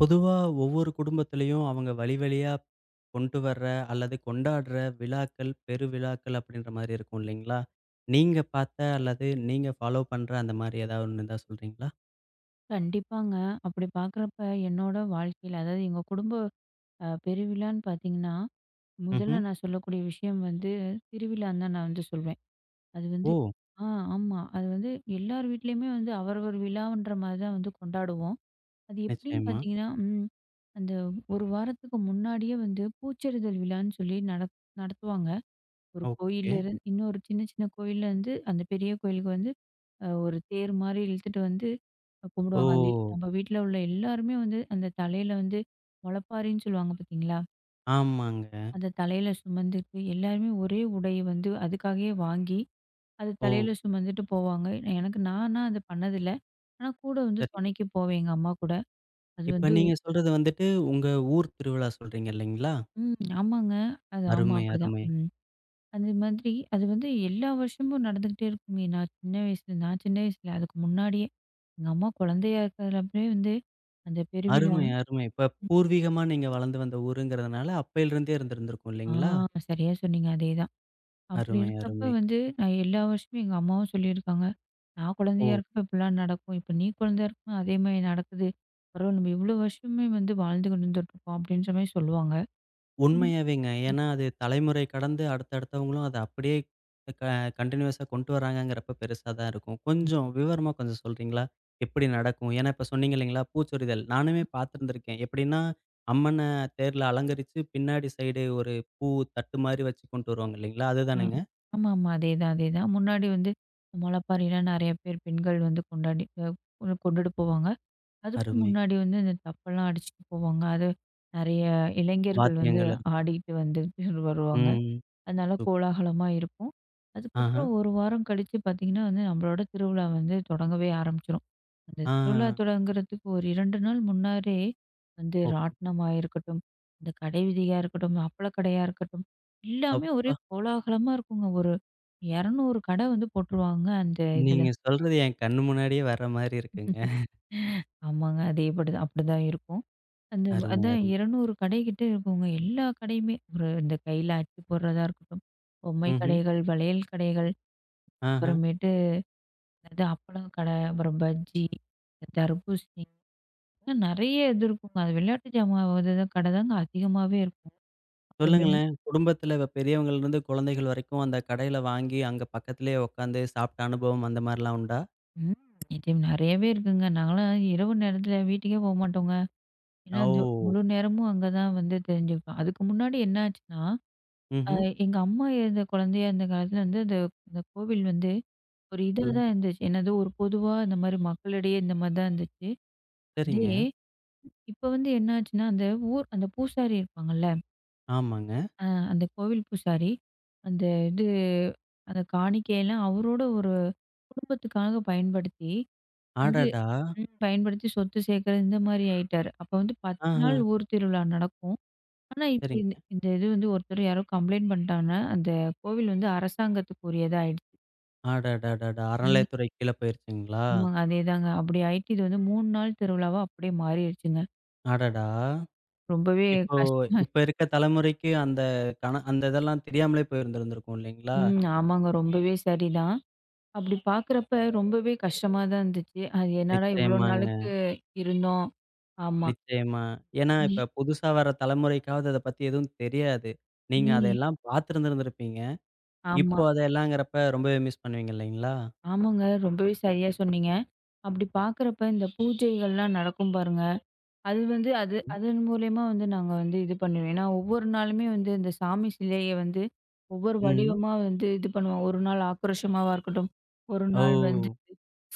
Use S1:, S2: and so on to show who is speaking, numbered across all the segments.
S1: பொதுவா ஒவ்வொரு குடும்பத்திலயும் அவங்க வழி வழியா கொண்டு வர்ற அல்லது கொண்டாடுற விழாக்கள், பெருவிழாக்கள் அப்படின்ற மாரி இருக்கும் இல்லைங்களா? நீங்க பார்த்த அல்லது நீங்க ஃபாலோ பண்ற அந்த மாரி ஏதாவது ஒண்ணு இருந்தா சொல்றீங்களா?
S2: கண்டிப்பாங்க. அப்படி பார்க்குறப்ப என்னோட வாழ்க்கையில, அதாவது எங்க குடும்ப பெருவிழான்னு பார்த்தீங்கன்னா, முதல்ல
S1: ம்ஹ்ம்.
S2: நான் சொல்லக்கூடிய விஷயம் வந்து திருவிழான்னு தான் நான் வந்து சொல்வேன். அது
S1: ஓ!
S2: வந்து ஆ ஆமா. அது வந்து எல்லார் வீட்லயுமே வந்து அவரவர் விழான்ற மாரி தான் வந்து கொண்டாடுவோம். அது எப்படின்னு
S1: நிச்சயமா.
S2: பார்த்தீங்கன்னா, அந்த 1 வாரத்துக்கு முன்னாடியே வந்து பூச்செறிதல் விழான்னு சொல்லி நடத்துவாங்க. ஒரு
S1: ஓகே.
S2: கோயில்ல இருந்து இன்னொரு சின்ன சின்ன கோயில்ல இருந்து அந்த பெரிய கோயிலுக்கு வந்து ஒரு தேர் மாதிரி இழுத்துட்டு வந்து கும்பிடுவாங்க. அது
S1: ஓ!
S2: நம்ம வீட்டில் உள்ள எல்லாருமே வந்து அந்த தலையில வந்து முளப்பாரின்னு சொல்லுவாங்க பார்த்தீங்களா.
S1: ஆமாங்க.
S2: அந்த தலையில சுமந்துட்டு எல்லாருமே ஒரே உடையை வந்து அதுக்காகவே வாங்கி அது
S1: ஓ!
S2: தலையில சுமந்துட்டு போவாங்க. எனக்கு நானா அது பண்ணதில்லை, ஆனால் கூட வந்து
S1: சரி.
S2: துணைக்கு போவேன் எங்கள் அம்மா கூட. அது
S1: இப்ப
S2: வந்து
S1: நீங்க சொல்றது வந்துட்டு உங்க ஊர் திருவிழா சொல்றீங்க இல்லைங்களா?
S2: ஆமாங்க. அது ஆமாம்
S1: அருமை,
S2: அப்படிதான்.
S1: அருமை.
S2: அது மாதிரி அது வந்து எல்லா வருஷமும் நடந்துக்கிட்டே இருக்குங்க. நான் சின்ன வயசுல அதுக்கு முன்னாடியே, எங்க அம்மா குழந்தையா இருக்கிறதுல அப்பயே வந்து அந்த பெருவிழா
S1: அருமை,
S2: வந்து
S1: அருமை. இப்ப பூர்வீகமா நீங்க வளர்ந்து வந்த ஊருங்கிறதுனால அப்பையிலிருந்தே இருந்திருந்திருக்கும்
S2: ஆ
S1: இல்லைங்களா?
S2: சரியா சொன்னீங்க. அதேதான். அப்படி
S1: அருமை,
S2: இருக்கப்ப
S1: அருமை.
S2: வந்து நான் எல்லா வருஷமும் எங்க அம்மாவும் சொல்லியிருக்காங்க. நான் குழந்தையா
S1: ஓ!
S2: இருக்கப்ப இப்படிலாம் நடக்கும். இப்ப நீ குழந்தையா இருக்கும்போது அதே மாரி நடக்குது. பரவாயில்ல, நம்ம இவ்வளோ வருஷமே வந்து வாழ்ந்து கொண்டு வந்துட்டுருக்கோம் அப்படின்ற மாரி சொல்லுவாங்க. அப்படி
S1: உண்மையாவேங்க.
S2: ம்.
S1: ஏன்னா, அது தலைமுறை கடந்து அடுத்தடுத்தவங்களும் அத அப்படியே க கன்டினியூஸா கொண்டு வராங்கங்கிறப்ப பெருசா தான் இருக்கும். கொஞ்சம் விவரமா கொஞ்சம் சொல்றீங்களா? எப்படி நடக்கும்? ஏன்னா, இப்ப சொன்னீங்க இல்லைங்களா? பூச்சொரிதல். நானுமே பார்த்துருந்துருக்கேன். எப்படின்னா, அம்மன தேர்ல அலங்கரிச்சு பின்னாடி சைடு ஒரு பூ தட்டு மாரி வச்சு கொண்டு வருவாங்க இல்லைங்களா?
S2: ஆ.
S1: அதுதானேங்க?
S2: ஆமாமா. அதேதான், அதேதான். முன்னாடி வந்து முளைப்பாரிலாம் நெறைய பேர் பெண்கள் வந்து கொண்டாடி கொண்டுட்டு போவாங்க. அதுக்கு
S1: அருமை.
S2: முன்னாடி வந்து இந்த தப்பெல்லாம் அடிச்சுட்டு போவாங்க. அது நெறைய இளைஞர்கள் வந்து
S1: வாத்தியங்கள் இருக்கும்.
S2: ஆடிட்டு வந்து வருவாங்க.
S1: ம்.
S2: அதனால
S1: சூப்
S2: கோலாகலமா இருக்கும்.
S1: ஆஹா.
S2: அதுக்கப்புறம் 1 வாரம் கழிச்சு பார்த்தீங்கன்னா வந்து, நம்மளோட திருவிழா வந்து தொடங்கவே ஆரம்பிச்சுரும். அந்த
S1: ஆ.
S2: திருவிழா தொடங்குறதுக்கு ஒரு 2 நாள் முன்னாடியே வந்து
S1: ஓகே.
S2: ராட்டினமா இருக்கட்டும், இந்த கடை வீதியா இருக்கட்டும், அப்பளக்கடையா இருக்கட்டும், எல்லாமே
S1: அப்பா!
S2: ஒரே கோலாகலமா இருக்குங்க. ஒரு 200 கடை வந்து போட்டுருவாங்க அந்த இதுல.
S1: நீங்க சொல்றது என் கண்ணு முன்னாடியே வர்ற மாரி இருக்குங்க.
S2: ஆமாங்க. அதேபடிதான் அப்படிதான் இருக்கும். அந்த
S1: அருமை,
S2: அதான்
S1: அருமை.
S2: 200 கடைக்கிட்ட இருக்குங்க. எல்லா கடையுமே ஒரு இந்த கையில அச்சு போடுறதா இருக்கட்டும், பொம்மை
S1: ம்ஹ்ம்.
S2: கடைகள், வளையல் கடைகள்,
S1: ஆஹ.
S2: அப்புறமேட்டு இந்த அப்பளம் கடை, அப்புறம் பஜ்ஜி, இந்த தர்பூசணி, இன்னும் நெறைய இது இருக்குங்க. அது விளையாட்டு ஜாமான் இது கடை தாங்க அதிகமாவே இருக்கும். அப்புறமேல்
S1: சொல்லுங்களேன். குடும்பத்துல பெரியவங்கள்லருந்து குழந்தைகள் வரைக்கும் அந்த கடையில வாங்கி, அங்க பக்கத்திலேயே உட்காந்து சாப்பிட்ட அனுபவம் அந்த மாரிலாம் உண்டா?
S2: ம். நிச்சயம் நெறையவே இருக்குங்க. நாங்கலாம் இரவு நேரத்தில வீட்டுக்கே போமாட்டோங்க. ஏன்னா, அந்த
S1: ஓ!
S2: முழு நேரமும் அங்க தான் வந்து தெரிஞ்சுப்போம். அதுக்கு முன்னாடி என்ன ஆச்சுன்னா, அ
S1: ம்ஹ்ம்.
S2: எங்க அம்மா குழந்தையா இருந்த காலத்தில வந்து அந்த அந்த கோவில் வந்து ஒரு இதா
S1: சொல்லுங்க.
S2: தான் இருந்துச்சு. என்னது ஒரு பொதுவா இந்த மாரி மக்களிடையே இந்த மாரி தான் இருந்துச்சு. அதே
S1: சரிங்க.
S2: இப்ப வந்து என்ன ஆச்சுன்னா, அந்த ஊர் அந்த பூசாரி இருப்பாங்கல்ல,
S1: ஆமாங்க.
S2: அ அந்த கோவில் பூசாரி, அந்த இது அந்த காணிக்கையெல்லாம் அவரோட ஒரு குடும்பத்துக்காக பயன்படுத்தி வந்து
S1: அடடா!
S2: ம். பயன்படுத்தி சொத்து சேர்க்கறது இந்த மாரி ஆயிட்டாரு. அப்ப வந்து 10
S1: ஆஹ.
S2: நாள் ஊர் திருவிழா நடக்கும். ஆனா இப்ப இந்த
S1: சரிங்க.
S2: இந்த இது வந்து ஒருத்தர் யாரோ கம்ப்ளைண்ட் பண்ணிட்டாங்கன்னா, அந்த கோவில் வந்து அரசாங்கத்துக்குரியதா ஆயிடுச்சு.
S1: அடடடடா!
S2: ம்.
S1: அறநிலையத்துறை கீழ போயிருச்சுங்களா?
S2: ஆமாங்க. அதேதாங்க. அப்படி ஆயிட்டு இது வந்து 3 நாள் திருவிழாவா அப்படியே மாறிடுச்சுங்க.
S1: அடடா!
S2: ரொம்பவே
S1: இப்போ
S2: கஷ்டமா.
S1: இருக்க தலைமுறைக்கு அந்த அந்த இதெல்லாம் தெரியாமலே போயிருந்திருந்திருக்கும் இல்லைங்களா?
S2: ம். ஆமாங்க. ரொம்பவே சரிதான். அப்படி பார்க்குறப்ப ரொம்பவே கஷ்டமா தான் இருந்துச்சு. அது என்னடா இவ்வளோ
S1: நிச்சயமாங்க.
S2: நாளுக்கு இருந்தோம். ஆமா.
S1: நிச்சயமா. ஏன்னா,
S2: ம்.
S1: இப்ப புதுசா வர தலைமுறைக்காவது அத பத்தி எதுவும் தெரியாது. நீங்க
S2: ம்.
S1: அதையெல்லாம் பார்த்திருந்திருந்திருப்பீங்க.
S2: ஆமா.
S1: இப்போ அது எல்லாங்கிறப்ப ரொம்பவே மிஸ் பண்ணுவீங்க இல்லைங்களா?
S2: ஆமாங்க. ரொம்பவே சரியா சொன்னீங்க. அப்படி பார்க்குறப்ப இந்த பூஜைகள்லாம் நடக்கும் பாருங்க. அது வந்து அது அதன் மூலியமா வந்து நாங்க வந்து இது பண்ணுவோம். ஏன்னா ஒவ்வொரு நாளுமே வந்து இந்த சாமி சிலைய வந்து ஒவ்வொரு
S1: ம்.
S2: வடிவமா வந்து இது பண்ணுவோம். ஒரு நாள் ஆக்ரோஷமாவா இருக்கட்டும். ஒரு
S1: ஓ!
S2: நாள் வந்து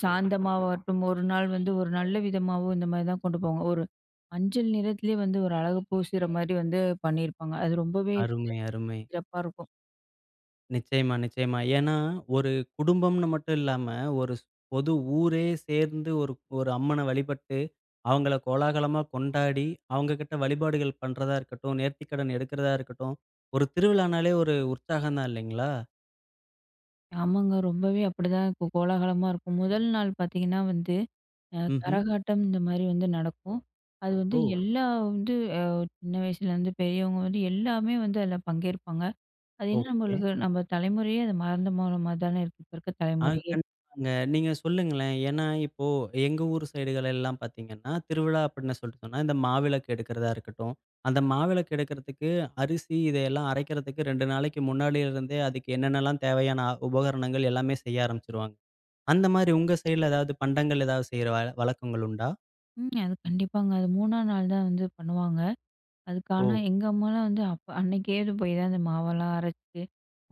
S2: சாந்தமாவட்டும், ஒரு நாள் வந்து ஒரு நல்ல விதமாவும் இந்த மாரி தான் கொண்டு போவாங்க. ஒரு மஞ்சள் நிறத்திலேயே வந்து ஒரு அழகு பூசுற மாரி வந்து பண்ணியிருப்பாங்க. அது ரொம்பவே
S1: அருமை, அருமை.
S2: சிறப்பா இருக்கும்.
S1: நிச்சயமா, நிச்சயமா. ஏன்னா, ஒரு குடும்பம்னு மட்டும் இல்லாம, ஒரு பொது ஊரே சேர்ந்து ஒரு ஒரு அம்மன வழிபட்டு, அவங்கள கோலாகலமா கொண்டாடி, அவங்க கிட்ட வழிபாடுகள் பண்றதா இருக்கட்டும், நேர்த்திக்கடன் எடுக்கிறதா இருக்கட்டும், ஒரு திருவிழானாலே ஒரு உற்சாகம் தான் இல்லைங்களா?
S2: ஆமாங்க. ரொம்பவே அப்படிதான் இருக்கும். கோலாகலமா இருக்கும். முதல் நாள் பார்த்தீங்கன்னா வந்து,
S1: ம்ஹ்ம்.
S2: கரகாட்டம் இந்த மாரி வந்து நடக்கும். அது வந்து
S1: ஓ!
S2: எல்லா வந்து சின்ன வயசுலேருந்து பெரியவங்க வந்து எல்லாமே வந்து அதில பங்கேற்பாங்க. அது இன்னும்
S1: ஓகே.
S2: நம்மளுக்கு நம்ம தலைமுறையே அது மறந்து போன மாரி தானே இருக்கு. இப்ப இருக்க
S1: ஆ
S2: தலைமுறையே.
S1: கண்டிப்பாங்க. நீங்க சொல்லுங்களேன். ஏன்னா, இப்போ எங்க ஊர் சைடுகள் எல்லாம் பார்த்தீங்கன்னா, திருவிழா அப்படின்னு சொல்லிட்டு சொன்னா, இந்த மாவிளக்கு எடுக்கிறதா இருக்கட்டும். அந்த மாவிளக்கு எடுக்கிறதுக்கு அரிசி இதையெல்லாம் அரைக்கிறதுக்கு 2 நாளைக்கு முன்னாடில இருந்தே அதுக்கு என்னென்னலாம் தேவையான உபகரணங்கள் எல்லாமே செய்ய ஆரம்பிச்சுருவாங்க. அந்த மாரி உங்க சைடுல ஏதாவது பண்டங்கள் ஏதாவது செய்ற வழக்கங்கள் உண்டா?
S2: ம். அது கண்டிப்பாங்க. அது 3ஆம் நாள் தான் வந்து பண்ணுவாங்க. அதுக்கு ஆனா
S1: ஓ!
S2: எங்க அம்மாலாம் வந்து அப்ப அன்னைக்கேது போய் தான் அந்த மாவெல்லாம் அரைச்சு,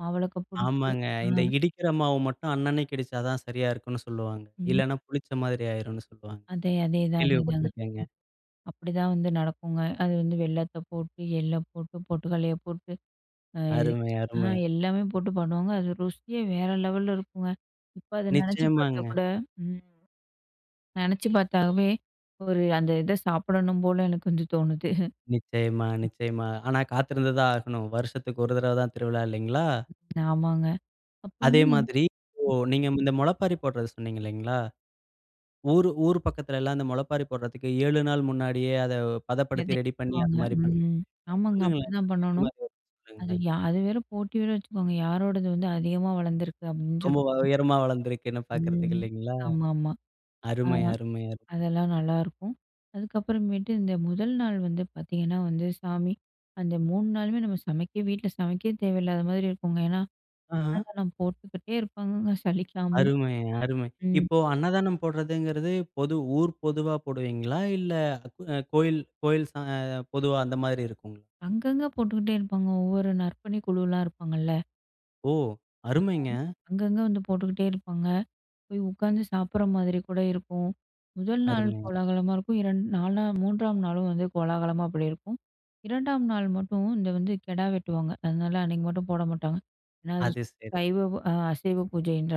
S2: மாவிளக்க பிடிச்சு,
S1: ஆமாங்க.
S2: ஆ,
S1: இந்த இடிக்கிற மாவு மட்டும் அன்னன்னைக்கு இடிச்சா தான் சரியா இருக்கும்னு சொல்லுவாங்க.
S2: ம்.
S1: இல்லன்னா புளிச்ச மாதிரி ஆயிரும்னு சொல்லுவாங்க.
S2: அதே அதேதான் அதேதாங்க.
S1: கேள்விப்பட்டுருக்கேங்க.
S2: அப்படிதான் வந்து நடக்குங்க. அது வந்து வெல்லத்த போட்டு, எள்ள போட்டு, பொட்டுக்கல்லைய போட்டு, அ
S1: அருமை,
S2: ஆ
S1: அருமை.
S2: எல்லாமே போட்டு பண்ணுவாங்க. அது ருசியே வேற லெவல்ல இருக்குங்க. இப்ப அத நெனச்சு பார்த்தா
S1: நிச்சயமாங்க.
S2: கூட ம் நெனச்சு பார்த்தாவே ஒரு அந்த இத சாப்பிடணும் போல எனக்கு வந்து தோணுது.
S1: நிச்சயமா, நிச்சயமா. ஆனா காத்திருந்து தான் ஆகணும். வருஷத்துக்கு ஒரு தடவ தான் திருவிழா இல்லைங்களா?
S2: ஆமாங்க. அப்ப
S1: அதே
S2: வந்து
S1: மாதிரி இப்போ நீங்க இந்த முளைப்பாரி போடுறது சொன்னீங்க இல்லைங்களா? ஊர் பக்கத்துல எல்லாம் இந்த முளைப்பாரி போடுறதுக்கு 7 நாள் முன்னாடியே அத பதப்படுத்தி
S2: விதைய
S1: ரெடி பண்ணி அந்த
S2: போடுவாங்க.
S1: மாரி
S2: ம்.
S1: பண்ணுவாங்க.
S2: ஆமாங்க.
S1: சொல்லுங்களேன்.
S2: அப்படிதான்
S1: அது எந்த
S2: பண்ணணும்.
S1: மாரி வரும்னு
S2: அது
S1: சொல்லுங்களேன்.
S2: அது வேற போட்டி வேற வச்சுக்கோங்க. யாரோடது வந்து அதிகமா வளர்ந்துருக்கு அப்படின்ற
S1: ரொம்ப
S2: மாதிரி.
S1: உயரமா வளர்ந்திருக்குன்னு பார்க்கறதுக்கு
S2: ம்.
S1: இல்லைங்களா?
S2: ஆமாமா. ஆ
S1: அருமை, அருமை, அருமை.
S2: அதெல்லாம் நல்லாருக்கும். அதுக்கப்புறமேட்டு இந்த முதல் நாள் வந்து பார்த்தீங்கன்னா வந்து சாமி அந்த 3 நாளுமே நம்ம சமைக்க வீட்ல சமைக்கவே தேவையில்லாத மாதிரி இருக்குங்க. ஏன்னா,
S1: ஆஹா.
S2: அன்னதானம் போட்டுக்கிட்டே இருப்பாங்கங்க சலிக்காம.
S1: அருமை, அருமை.
S2: ம்.
S1: இப்போ அன்னதானம் போடுறதுங்கிறது பொது ஊர் பொதுவா போடுவீங்களா? இல்ல கோயில் கோயில் ச பொதுவா அந்த மாதிரி இருக்குங்களா?
S2: அங்கங்க போட்டுக்கிட்டே இருப்பாங்க. ஒவ்வொரு நற்பணி குழுலாம் இருப்பாங்கல்ல.
S1: ஓ! அருமைங்க.
S2: அங்கங்க வந்து போட்டுக்கிட்டே இருப்பாங்க. போய் உட்காந்து சாப்பிட்ற மாதிரி கூட இருக்கும். முதல் நாள் ம்.
S1: அருமைங்க.
S2: கோலாகலமா இருக்கும். 4ஆம் 3ஆம் நாளும் வந்து கோலாகலமா அப்படி இருக்கும். 2ஆம் நாள் மட்டும் இந்த வந்து கெடா வெட்டுவாங்க. அதனால அன்னைக்கு மட்டும் போட மாட்டாங்க. ஏன்னா அது
S1: அது சரி.
S2: சைவ அ அசைவ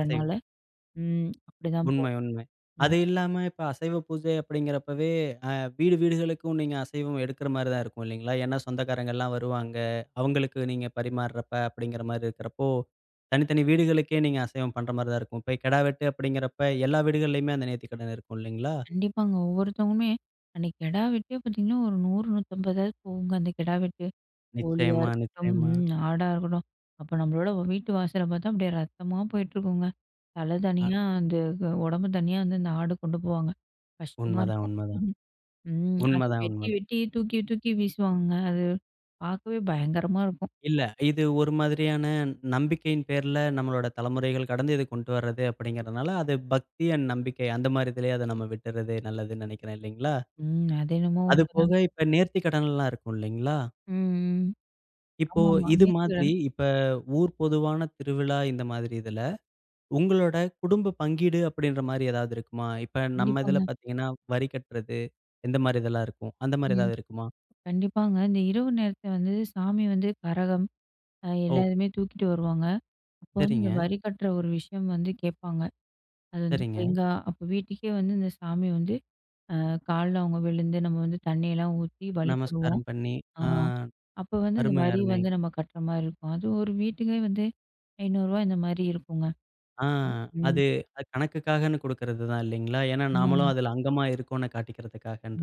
S1: அசைவம்.
S2: ம். அப்படிதான்
S1: உண்மை,
S2: போகும்.
S1: உண்மை.
S2: ம்.
S1: அது இல்லாம இப்ப அசைவ பூஜை அப்படிங்கிறப்பவே, அ வீடு வீடுகளுக்கும் நீங்க அசைவம் எடுக்கிற மாரி தான் இருக்கும் இல்லைங்களா? ஏன்னா சொந்தக்காரங்கலாம் வருவாங்க. அவங்களுக்கு நீங்க பரிமாறுறப்ப அப்படிங்கிற மாரி இருக்கிறப்போ, தனித்தனி வீடுகளுக்கே நீங்க அசைவம் பண்ற மாரி தான் இருக்கும். இப்ப கிடா வெட்டு அப்படிங்கிறப்ப எல்லா வீடுகள்லயுமே அந்த நேர்த்திக்கடன் இருக்கும் இல்லைங்களா?
S2: கண்டிப்பாங்க. ஒவ்வொருத்தவங்களுமே அன்னைக்கு கெடா வெட்டே பார்த்தீங்கன்னா, ஒரு 100, 150 போகுங்க அந்த கெடா வெட்டு. கோழியா
S1: நிச்சயமா,
S2: இருக்கட்டும்,
S1: நிச்சயமா.
S2: ம் ஆடா இருக்கட்டும். அப்ப நம்மளோட வீட்டு வாசல பார்த்தா அப்படியே ரத்தமா போயிட்டுருக்குங்க. தலை
S1: அ
S2: தனியா, அந்த உடம்பு தனியா வந்து அந்த ஆடு கொண்டு போவாங்க. கஷ்டமா
S1: உண்மதான்,
S2: இருக்கும்.
S1: உண்மதான்.
S2: ம். அத
S1: உண்மதான்,
S2: வெட்டி
S1: உண்மதான்.
S2: வெட்டி தூக்கி தூக்கி வீசுவாங்கங்க. அது பார்க்கவே பயங்கரமா இருக்கும்.
S1: இல்ல. இது ஒரு மாதிரியான நம்பிக்கையின் பேர்ல நம்மளோட தலைமுறைகள் கடந்து இத கொண்டு வர்றது அப்படிங்கிறதுனால, அது பக்தி அண்ட் நம்பிக்கை அந்த மாரி இதுலயே அத நம்ம விட்டுறது நல்லதுன்னு நெனைக்கிறேன் இல்லைங்களா?
S2: ம். அது என்னமோ
S1: அது
S2: உண்மைதான்.
S1: போக இப்ப நேர்த்தி கடன்லாம் இருக்கும் இல்லைங்களா?
S2: ம், ம்.
S1: இப்போ
S2: ஆமாமா.
S1: இது மாதிரி
S2: நேர்த்திக்கடன்.
S1: இப்ப ஊர் பொதுவான திருவிழா இந்த மாதிரி இதுல, உங்களோட குடும்ப பங்கீடு அப்படின்ற மாரி ஏதாவது இருக்குமா? இப்ப நம்ம
S2: கண்டிப்பாங்க.
S1: இதுல பார்த்தீங்கன்னா, வரி கட்டுறது இந்த மாரி இதெல்லாம் இருக்கும். அந்த மாரி
S2: ம்.
S1: ஏதாவது இருக்குமா?
S2: கண்டிப்பாங்க. இந்த இரவு நேரத்துல வந்து சாமி வந்து கரகம்,
S1: ஓ!
S2: எல்லாருமே தூக்கிட்டு வருவாங்க. அப்போ வந்து இந்த
S1: சரிங்க,
S2: வரி கட்டுற ஒரு விஷயம் வந்து கேட்பாங்க. அது வந்து
S1: சரிங்க.
S2: தேங்காய் அப்போ வீட்டுக்கே வந்து இந்த சாமி வந்து அ கால்ல அவங்க விழுந்து நம்ம வந்து தண்ணியெல்லாம் ஊத்தி வழிபடுவோம்.
S1: நமஸ்காரம் பண்ணி
S2: ஆ
S1: ஆ
S2: அப்போ வந்து இந்த
S1: அருமை,
S2: வரி வந்து
S1: அருமைங்க.
S2: நம்ம கட்டுற மாரி இருக்கும். அது ஒரு வீட்டுக்கே வந்து ரூ. 500 இந்த மாரி இருக்குங்க.
S1: ஆ.
S2: ம்.
S1: அது அது கணக்குக்காகன்னு குடுக்கறது தான் இல்லைங்களா? ஏன்னா நாமளும்
S2: ஆமாங்க.
S1: அதுல அங்கமா இருக்கோம்ன்னு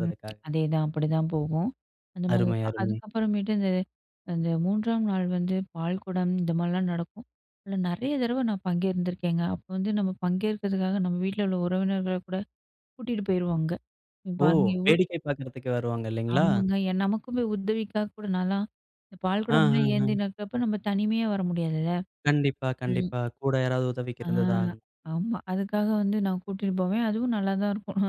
S2: ம். அதேதான் அப்படிதான் போகும். அந்த மாரி
S1: அருமை,
S2: இருக்கும்.
S1: அருமை.
S2: அதுக்கப்புறமேட்டு இந்த அந்த 3ஆம் நாள் வந்து பால்குடம் இந்த மாரிலாம் நடக்கும். அதில நெறைய தடவ நான் பங்கேருந்திருக்கேங்க. அப்போ வந்து நம்ம பங்கேற்கிறதுக்காக நம்ம வீட்ல உள்ள உறவினர்கள கூட கூட்டிட்டு போயிருவோம் அங்க. இங்க
S1: ஓ!
S2: பாருங்க எவ்ளோ.
S1: வேடிக்கை பார்க்கறதுக்கு வருவாங்க இல்லைங்களா?
S2: ஆமாங்க. என் நமக்குமே உதவிக்காக கூட நான்லாம் இந்த
S1: ஆ, ஆ,
S2: பால்குடம்லாம்
S1: ஆ.
S2: ஏந்தினக்கப்ப நம்ம தனிமையா வர முடியாதுல்ல.
S1: கண்டிப்பா,
S2: ம்.
S1: கண்டிப்பா. கூட யாராவது உதவிக்கு
S2: ஆ
S1: இருந்து தான் ஆகணும்.
S2: ஆமா. அதுக்காக வந்து நான் கூட்டிட்டு போவேன். அதுவும் நல்லா தான் இருக்கும்.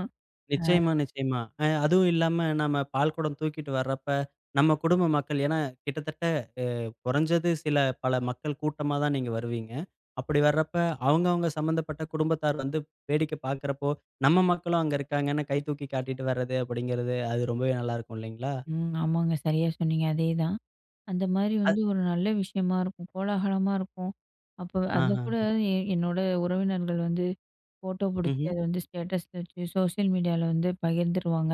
S2: அ
S1: நிச்சயமா, நிச்சயமா. அதுவும் இல்லாம நம்ம பால்குடம் தூக்கிட்டு வர்றப்ப, நம்ம குடும்ப மக்கள் ஏன்னா கிட்டத்தட்ட குறைஞ்சது சில பல மக்கள் கூட்டமா தான் நீங்க வருவீங்க. அப்படி வர்றப்ப அவங்கவங்க சம்மந்தப்பட்ட குடும்பத்தார் வந்து வேடிக்கை பார்க்குறப்போ, நம்ம மக்களும் அங்க இருக்காங்கன்னு கை தூக்கி காட்டிட்டு வர்றது அப்படிங்கிறது, அது ரொம்பவே நல்லாருக்கும் இல்லைங்களா?
S2: ம் ஆமாங்க. சரியா சொன்னீங்க. அதேதான். அந்த மாரி வந்து
S1: அது
S2: ஒரு நல்ல விஷயமா இருக்கும். கோலாகலமா இருக்கும். அப்போ அத
S1: ஆஹா.
S2: கூட என்னோட உறவினர்கள் வந்து ஃபோட்டோ புடிச்சு
S1: ம்ஹ்ம்.
S2: அத வந்து ஸ்டேட்டஸ்ல வச்சு சோசியல் மீடியால வந்து பகிர்ந்துருவாங்க.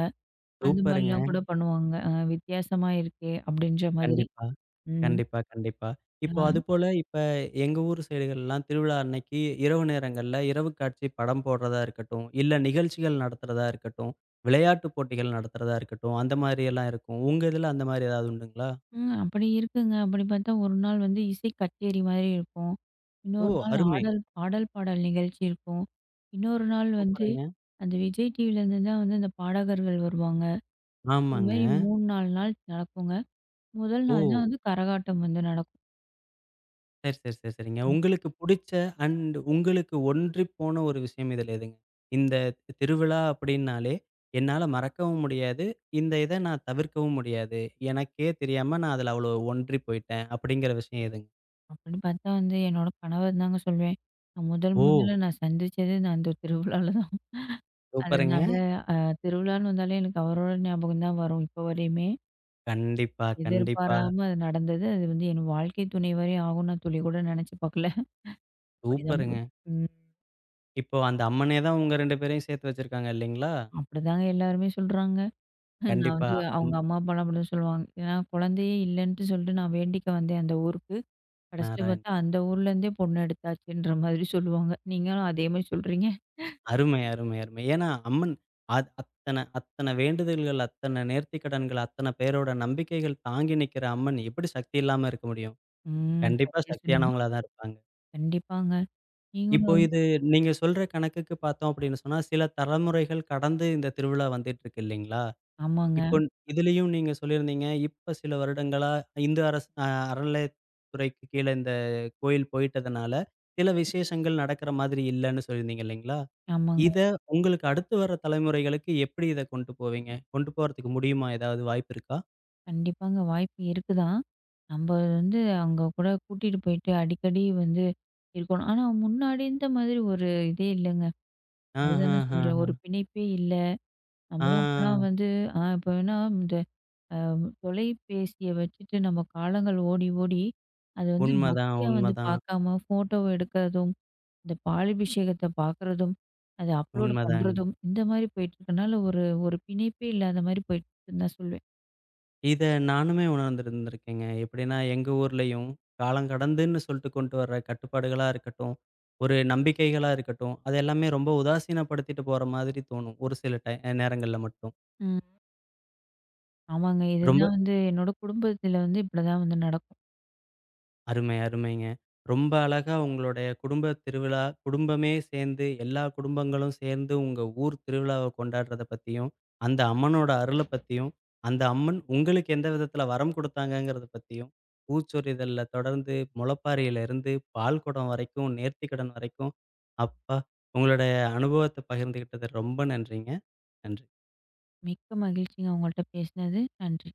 S2: அந்த
S1: சூப்பருங்க.
S2: மாரிலாம் கூட பண்ணுவாங்க. வித்தியாசமா இருக்கே! அப்படின்ற மாதிரி.
S1: கண்டிப்பா,
S2: ம்.
S1: கண்டிப்பா, கண்டிப்பா. இப்போ
S2: ஆ.
S1: அதுபோல இப்ப எங்க ஊர் சைடுகள்லாம் திருவிழா அன்னைக்கு இரவு நேரங்கள்ல இரவு காட்சி படம் போடுறதா இருக்கட்டும், இல்ல நிகழ்ச்சிகள் நடத்துறதா இருக்கட்டும், விளையாட்டு போட்டிகள் நடத்துறதா இருக்கட்டும், அந்த மாரியெல்லாம் இருக்கும். உங்க இதுல அந்த மாரி ஏதாவது உண்டுங்களா?
S2: ம். அப்படி இருக்குங்க. அப்படி பார்த்தா ஒரு நாள் வந்து இசை கச்சேரி மாதிரி இருக்கும்.
S1: ஓ!
S2: இன்னொரு நாள்
S1: அருமை.
S2: ஆடல் ஆடல், பாடல் நிகழ்ச்சி இருக்கும். இன்னொரு நாள் வந்து
S1: சூப்பருங்க.
S2: அந்த விஜய் டிவிலேருந்து தான் வந்து அந்த பாடகர்கள் வருவாங்க.
S1: ஆமாங்க.
S2: இதுமாரி 3, 4 நாள் நடக்குங்க. முதல் நாள்
S1: ஓ!
S2: தான் வந்து கரகாட்டம் வந்து நடக்கும்.
S1: சரி, சரி, சரி, சரிங்க.
S2: ம்.
S1: உங்களுக்கு புடிச்ச அண்ட் உங்களுக்கு ஒன்றிப்போன ஒரு விஷயம் இதுல எதுங்க? இந்த திருவிழா அப்படின்னாலே, என்னால மறக்கவும் முடியாது. இத நான் தவிர்க்கவும் முடியாது. எனக்கே தெரியாம நான் அதுல அவ்வளோ ஒன்றி போயிட்டேன். அப்படிங்கிற விஷயம் எதுங்க?
S2: அப்படின்னு பார்த்தா வந்து என்னோட கணவர் தாங்க சொல்வேன். நான் முதல்
S1: ஓ!
S2: முதல்ல சந்திச்சதே அந்த திருவிழால தான்.
S1: சூப்பருங்க.
S2: அதனால திருவிழான்னு வந்தாலே எனக்கு அவரோட ஞாபகம் தான் வரும் இப்போ வரையுமே.
S1: கண்டிப்பா, கண்டிப்பா.
S2: எதிர்பாராம அது நடந்தது. அது வந்து என் வாழ்க்கை துணை வரை ஆகும்ன்னு நான் துளி கூட நினைச்சு பார்க்கல. அப்படிதான்
S1: சூப்பருங்க.
S2: போச்சு. ம்.
S1: இப்போ அந்த அம்மனே தான் உங்க 2 பேரையும் சேர்த்து வச்சிருக்காங்க இல்லைங்களா?
S2: அப்படிதாங்க எல்லாருமே சொல்றாங்க. நான்
S1: கண்டிப்பா.
S2: வந்து
S1: அம்
S2: அவங்க அம்மா, அப்பாலாம் அப்படிதான் சொல்லுவாங்க. ஏன்னா குழந்தையே இல்லன்ட்டு சொல்லிட்டு நான் வேண்டிக்க வந்தேன் அந்த ஊருக்கு. கடைசியில
S1: நாராயண
S2: பார்த்தா அந்த ஊர்லேருந்தே பொண்ணு எடுத்தாச்சுன்ற மாதிரி சொல்லுவாங்க. நீங்களும் அதே மாரி சொல்றீங்க.
S1: அருமை, அருமை, அருமை. ஏன்னா, அம்மன் அத்தன அத்தன வேண்டுதல்கள், அத்தன நேர்த்திக்கடன்கள், அத்தன பேரோட நம்பிக்கைகள் தாங்கி நிக்கிற அம்மன் எப்படி சக்தி இல்லாம இருக்க முடியும்?
S2: ம்.
S1: கண்டிப்பா
S2: சரியா சொன்னீங்க.
S1: சக்தியானவங்களா தான் இருப்பாங்க.
S2: கண்டிப்பாங்க.
S1: இப்போ
S2: நீங்களும்
S1: இது நீங்க சொல்ற கணக்குக்கு பார்த்தோம் அப்படின்னு சொன்னா, சில தலைமுறைகள் கடந்து இந்த திருவிழா வந்துட்டுருக்கு இல்லைங்களா?
S2: ஆமாங்க,
S1: இப்போ இதுலயும் நீங்க சொல்லியிருந்தீங்க, இப்ப சில வருடங்களா இந்து அரசு அறநிலையத்துறைக்கு கீழ இந்த கோயில் போயிட்டதுனால, சில விசேஷங்கள் நடக்கிற மாதிரி இல்லன்னு சொல்லியிருந்தீங்க இல்லைங்களா?
S2: ஆமாங்க.
S1: இத உங்களுக்கு அடுத்து வர தலைமுறைகளுக்கு எப்படி இத கொண்டு போவீங்க? கொண்டு போறதுக்கு முடியுமா? ஏதாவது வாய்ப்பு இருக்கா?
S2: கண்டிப்பாங்க. வாய்ப்பு இருக்கு தான். நம்ப வந்து அங்க கூட கூட்டிட்டு போயிட்டு அடிக்கடி வந்து இருக்கணும். ஆனா முன்னாடி இருந்த மாதிரி ஒரு இதே இல்லங்க. அதுதான் நான் சொல்றேன். ஒரு
S1: ஆஹஹஹ.
S2: பிணைப்பே இல்ல.
S1: ஆ
S2: நம்மளும் அப்பலாம் வந்து இப்ப வேணா இந்த அ தொலைபேசிய வச்சுட்டு நம்ம காலங்கள் ஓடி ஓடி, அது வந்து
S1: உண்மதான்,
S2: பக்தியா வந்து
S1: உண்மதான்,
S2: பார்க்காம ஃபோட்டோவ எடுக்கிறதும், இந்த பாலபிஷேகத்த பார்க்குறதும், அத அப்லோட்
S1: உண்மதாங்க.
S2: பண்றதும், இந்த மாரி போயிட்டுருக்கனால ஒரு ஒரு பிணைப்பே இல்லாத மாரி போயிட்டுருக்குன்னு தான் சொல்லுவேன்.
S1: இத நானுமே உணர்ந்திருந்திருக்கேங்க. எப்படின்னா, எங்க ஊர்லயும் காலம் கடந்துன்னு சொல்ட்டு கொண்டு வர்ற கட்டுப்பாடுகளா இருக்கட்டும், ஒரு நம்பிக்கைகளா இருக்கட்டும், அது எல்லாமே ரொம்ப உதாசீனப்படுத்திட்டு போற மாதிரி தோணும். ஒரு சில நேரங்கள்ல மட்டும்.
S2: ம். ஆமாங்க.
S1: ரொம்ப
S2: இதுதான் வந்து என்னோட குடும்பத்தில வந்து இப்படிதான் வந்து நடக்கும்.
S1: அருமை, அருமைங்க. ரொம்ப அழகா உங்களுடைய குடும்ப திருவிழா, குடும்பமே சேர்ந்து எல்லா குடும்பங்களும் சேர்ந்து உங்க ஊர் திருவிழாவ கொண்டாடுறத பத்தியும், அந்த அம்மனோட அருள பத்தியும், அந்த அம்மன் உங்களுக்கு எந்த விதத்தில வரம் குடுத்தாங்கங்கிறத பத்தியும், பூச்சொரிதல்ல தொடர்ந்து முளப்பாரியிலிருந்து பால் குடம் வரைக்கும், நேர்த்திக்கடன் வரைக்கும், அப்பா! உங்களுடைய அனுபவத்த பகிர்ந்துகிட்டது ரொம்ப நன்றிங்க. நன்றி.
S2: மிக்க மகிழ்ச்சிங்க உங்கள்ட்ட பேசினது. நன்றி.